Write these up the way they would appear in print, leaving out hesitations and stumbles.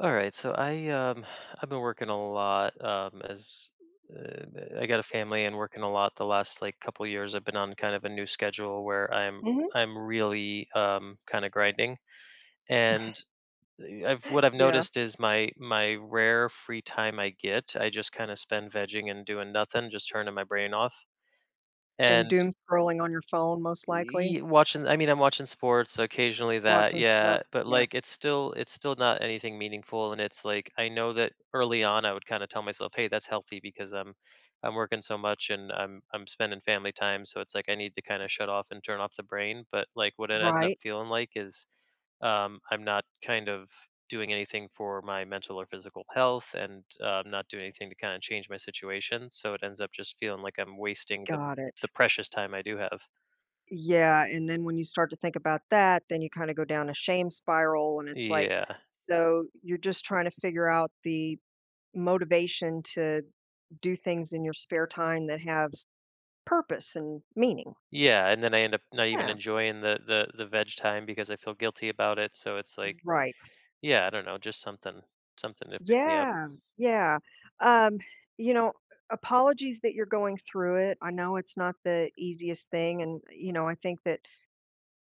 All right, so I I've been working a lot as uh, I got a family and working a lot the last like couple years. I've been on kind of a new schedule where I'm Mhm. I'm really kind of grinding and eh, I've what I've Yeah, noticed is my rare free time I get, I just kind of spend vegging and doing nothing, just turning my brain off. and And doom scrolling on your phone most likely, Y watching I mean, I'm watching sports, occasionally that, watching stuff. yeah, but, Yeah. like, it's still not anything meaningful, and it's, like, I know that early on, I would kinda tell myself, "Hey, that's healthy because I'm working so much and I'm spending family time, so it's like I need to kinda shut off and turn off the brain," but, like, what it ends up Right. feeling like is, I'm not kind of doing anything for my mental or physical health and, I'm not doing anything to kinda change my situation, so it ends up just feeling like I'm wasting the Got it. the precious time I do have. Yeah, and then when you start to think about that, then you kinda go down a shame spiral, and it's like Yeah. so you're just trying to figure out the motivation to do things in your spare time that have purpose and meaning. Yeah, and then I end up not even Yeah. enjoying the veg time because I feel guilty about it, so it's like Right. yeah, I don't know, just something to pick me up. Yeah, yeah. Um, you know, apologies that you're going through it. I know it's not the easiest thing, and, you know, I think that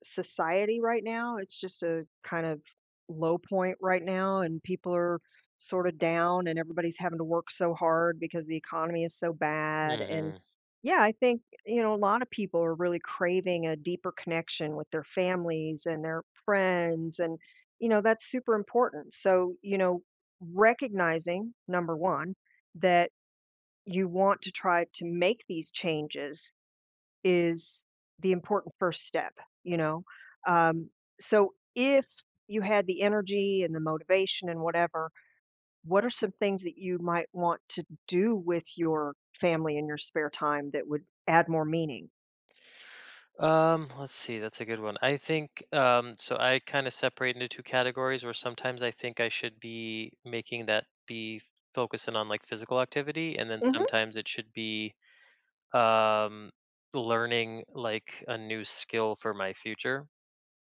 society right now, it's just a kind of low point right now, and people are sort of down, and everybody's having to work so hard because the economy is so bad. And Mhm. yeah, I think, you know, a lot of people are really craving a deeper connection with their families and their friends. And, you know, that's super important. So, you know, recognizing number one, that you want to try to make these changes is the important first step, you know? Um, so if you had the energy and the motivation and whatever, what are some things that you might want to do with your family in your spare time that would add more meaning? Let's see, that's a good one. I think so I kind of separate into two categories where sometimes I think I should be making that be focusing on like physical activity and then Mhm. sometimes it should be um learning like a new skill for my future.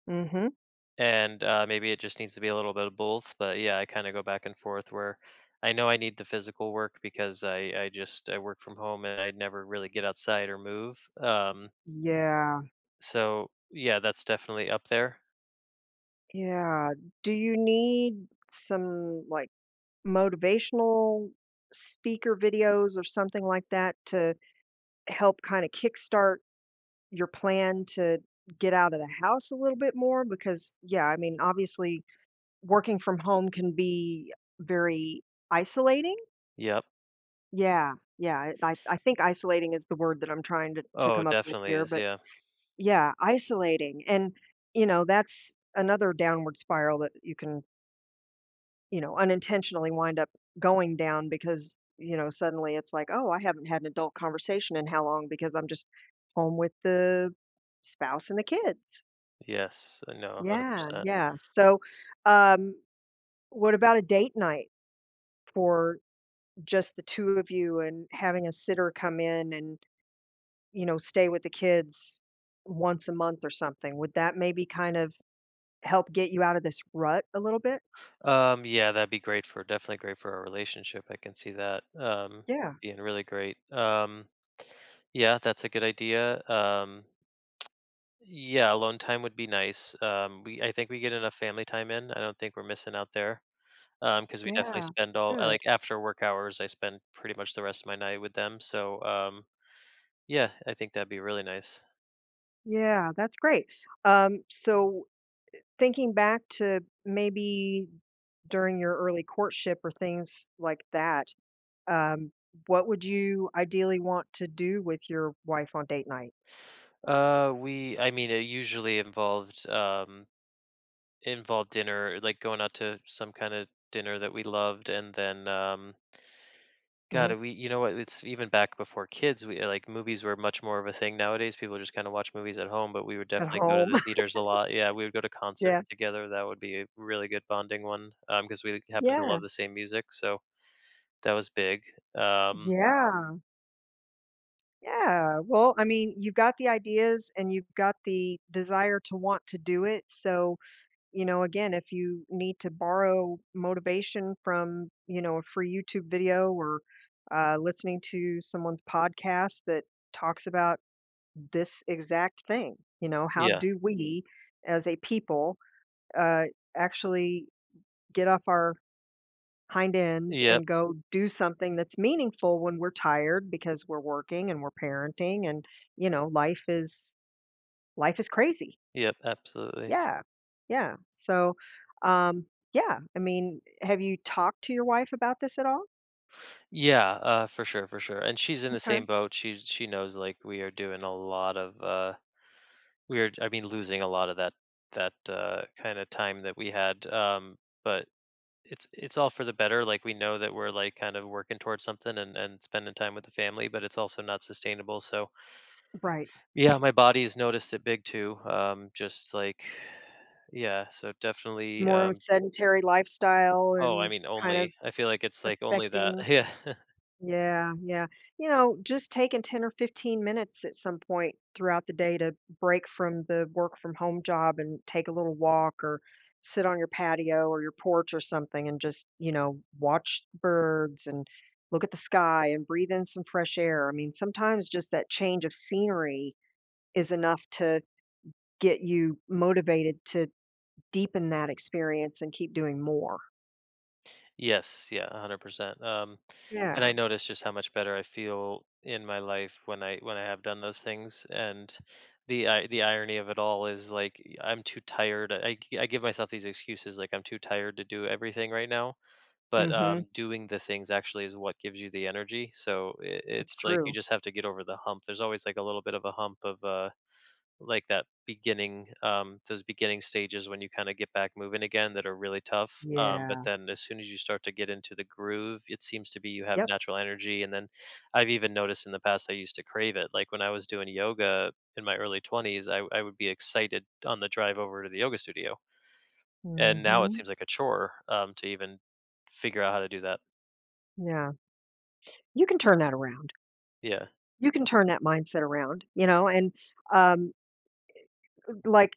Mhm. And maybe it just needs to be a little bit of both. But yeah, I kind of go back and forth where I know I need the physical work because I just I work from home and I never really get outside or move. Yeah. So yeah, that's definitely up there. Yeah. Do you need some like motivational speaker videos or something like that to help kind of kickstart your plan to get out of the house a little bit more? Because, yeah, I mean, obviously, working from home can be very isolating. Yep. Yeah, yeah. I think isolating is the word that I'm trying to Oh, come it up with definitely here. is. But Yeah. yeah, isolating. And, you know, that's another downward spiral that you can, you know, unintentionally wind up going down because, you know, suddenly it's like, oh, I haven't had an adult conversation in how long because I'm just home with the spouse and the kids. Yes. I know. One Hundred Yeah, percent. yeah. So, um, what about a date night for just the 2 of you and having a sitter come in and, you know, stay with the kids once a month or something? Would that maybe kind of help get you out of this rut a little bit? Yeah, that'd be great for definitely great for our relationship. I can see that. Yeah, Being really great. Yeah, that's a good idea. Yeah, alone time would be nice. We I think we get enough family time in. I don't think we're missing out there. Because we definitely yeah. spend all I Good. like after work hours, I spend pretty much the rest of my night with them. So yeah, I think that'd be really nice. Yeah, that's great. So thinking back to maybe during your early courtship or things like that, um, what would you ideally want to do with your wife on date night? We I mean it usually involved dinner, like going out to some kind of dinner that we loved, and then God, Mhm. we you know what? It's even back before kids. We like movies were much more of a thing nowadays. People just kind of watch movies at home, but we would At definitely go to home? the theaters a lot. Yeah, we would go to concerts Yeah. together. That would be a really good bonding one because we happen to Yeah. love the same music, so that was big. Um, Yeah. Yeah. Well, I mean, you've got the ideas and you've got the desire to want to do it. So, you know, again, if you need to borrow motivation from, you know, a free YouTube video or listening to someone's podcast that talks about this exact thing. You know, how yeah, do we as a people uh, actually get off our hind ends yep, and go do something that's meaningful when we're tired because we're working and we're parenting and, you know, life is crazy. yep, absolutely. Yeah, yeah. So, um, yeah, I mean, have you talked to your wife about this at all? Yeah, for sure, for sure. And she's in the Okay. same boat. She knows like we are doing a lot of we are. I mean, losing a lot of that kind of time that we had. But it's all for the better. Like we know that we're like kind of working towards something and spending time with the family, but it's also not sustainable. So Right, yeah, my body's noticed it big too. Just like yeah, so definitely. more of a sedentary lifestyle Oh, I and mean, kind only of I feel like it's like only that. affecting. Yeah. Yeah, yeah. You know, just taking 10 or 15 minutes at some point throughout the day to break from the work from home job and take a little walk or sit on your patio or your porch or something and just, you know, watch birds and look at the sky and breathe in some fresh air. I mean, sometimes just that change of scenery is enough to get you motivated to deepen that experience and keep doing more. Yes, yeah, 100%. And I Yeah. notice just how much better I feel in my life when I have done those things. And the irony of it all is like I'm too tired. I give myself these excuses like I'm too tired to do everything right now. But Mhm. Doing the things actually is what gives you the energy. So It's it's like you true. just have to get over the hump. There's always like a little bit of a hump of that beginning those beginning stages when you kind of get back moving again that are really tough but Yeah. then as soon as you start to get into the groove it seems to be you have Yep. natural energy and then I've even noticed in the past I used to crave it like when I was doing yoga in my early 20s I would be excited on the drive over to the yoga studio and now it Mhm. seems like a chore to even figure out how to do that. Yeah, you can turn that around. yeah You can turn that mindset around, you know, and um, like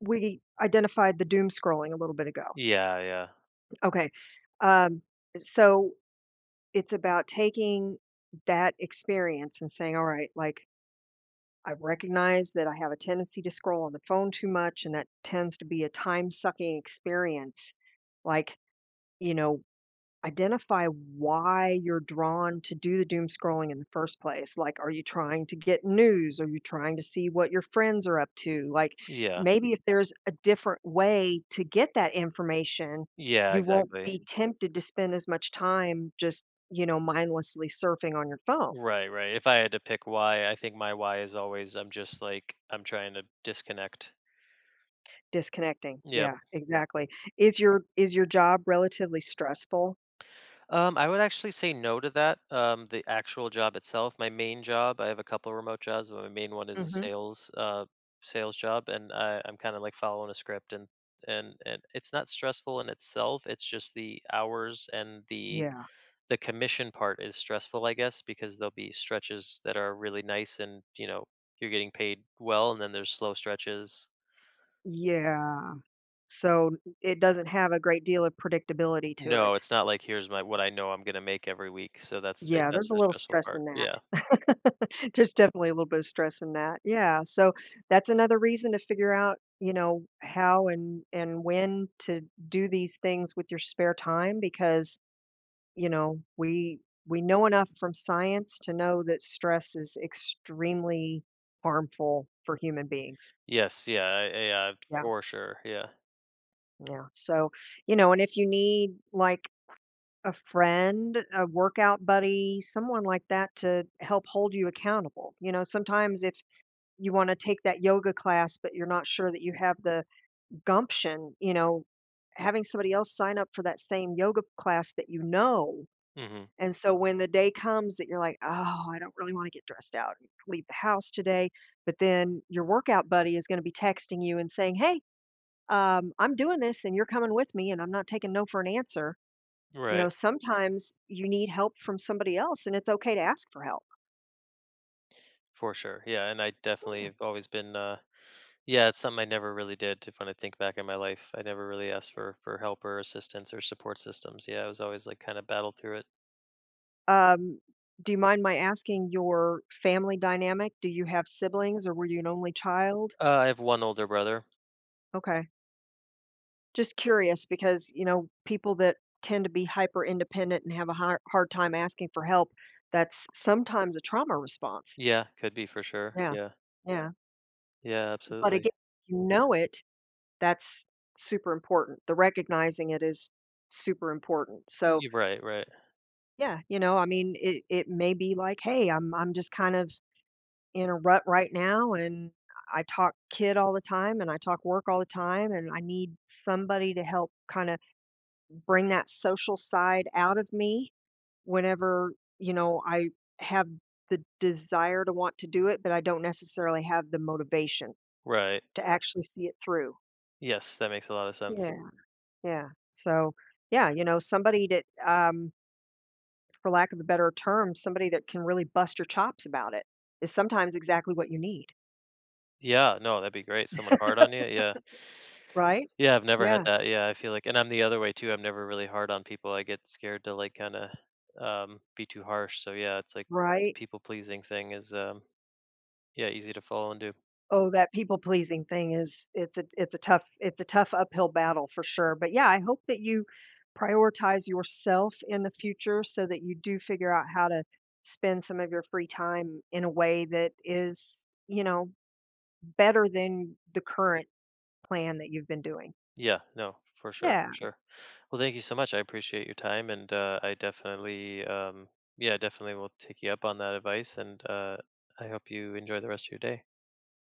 we identified the doom scrolling a little bit ago. yeah yeah Okay. Um, so it's about taking that experience and saying, all right, like I recognize that I have a tendency to scroll on the phone too much, and that tends to be a time sucking experience. Like, you know, identify why you're drawn to do the doom scrolling in the first place. Like, are you trying to get news? Are you trying to see what your friends are up to? Like, yeah maybe if there's a different way to get that information, Yeah, you won't exactly. be tempted to spend as much time just, you know, mindlessly surfing on your phone, Right, right. If I had to pick why, I think my why is always I'm just like I'm trying to disconnect. disconnecting. Yep. Yeah, exactly. Is your job relatively stressful? I would actually say no to that. The actual job itself, my main job, I have a couple of remote jobs, but my main one is a Hmm. Sales job and I'm kind of like following a script and and it's not stressful in itself. It's just the hours and the Yeah. the commission part is stressful, I guess, because there'll be stretches that are really nice and, you know, you're getting paid well and then there's slow stretches. Yeah. So it doesn't have a great deal of predictability to No, it. it's not like here's my what I know I'm gonna make every week, so that's the Yeah, that's there's a the little stressful stress part. in that. Yeah. There's definitely a little bit of stress in that. Yeah, so that's another reason to figure out, you know, how and when to do these things with your spare time because, you know, we know enough from science to know that stress is extremely harmful for human beings. Yes, yeah, I yeah, Yeah. for sure, yeah. Yeah. So, you know, and if you need like a friend, a workout buddy, someone like that to help hold you accountable. You know, sometimes if you wanna take that yoga class, but you're not sure that you have the gumption, you know, having somebody else sign up for that same yoga class that you know, Mhm. and so when the day comes that you're like, "Oh, I don't really wanna get dressed out and leave the house today," but then your workout buddy is gonna be texting you and saying, "Hey, I'm doing this and you're coming with me and I'm not taking no for an answer." You Right, know, sometimes you need help from somebody else, and it's okay to ask for help. for sure, yeah, and I definitely have always been, yeah, it's something I never really did to when I think back in my life. I never really asked for help or assistance or support systems. Yeah, I was always like kinda battled through it. Um, do you mind my asking your family dynamic? Do you have siblings or were you an only child? I have one older brother. Okay. Just curious because, you know, people that tend to be hyper independent and have a hard, hard time asking for help, that's sometimes a trauma response. Yeah, could be for sure. Yeah. Yeah. Yeah. Yeah, But absolutely. again, you know it, that's super important. The recognizing it is super important. So, Y right, right. yeah, you know, I mean, it may be like, "Hey, I'm just kind of in a rut right now, and I talk kid all the time, and I talk work all the time, and I need somebody to help kinda bring that social side out of me whenever, you know, I have the desire to want to do it, but I don't necessarily have the motivation Right. to actually see it through." Yes, that makes a lot of sense. Yeah, yeah. So, yeah, you know, somebody that, um, for lack of a better term, somebody that can really bust your chops about it is sometimes exactly what you need, Yeah, no, that'd be great. Someone hard on you, yeah. right? Yeah, I've never had Yeah, that, yeah, I feel like and I'm the other way too, I'm never really hard on people, I get scared to, like, kinda, be too harsh, so yeah, it's like the right. people pleasing thing is, yeah, easy to fall into. Oh, that people pleasing thing is, it's a tough, it's a tough uphill battle for sure. But yeah, I hope that you prioritize yourself in the future so that you do figure out how to spend some of your free time in a way that is, you know, better than the current plan that you've been doing. Yeah, no, for sure, for Yeah. sure. Well, thank you so much, I appreciate your time, and, I definitely, yeah, definitely will take you up on that advice, and, I hope you enjoy the rest of your day.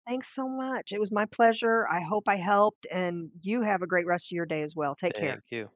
Thanks so much. It was my pleasure. I hope I helped, and you have a great rest of your day as well. Take care. Thank you.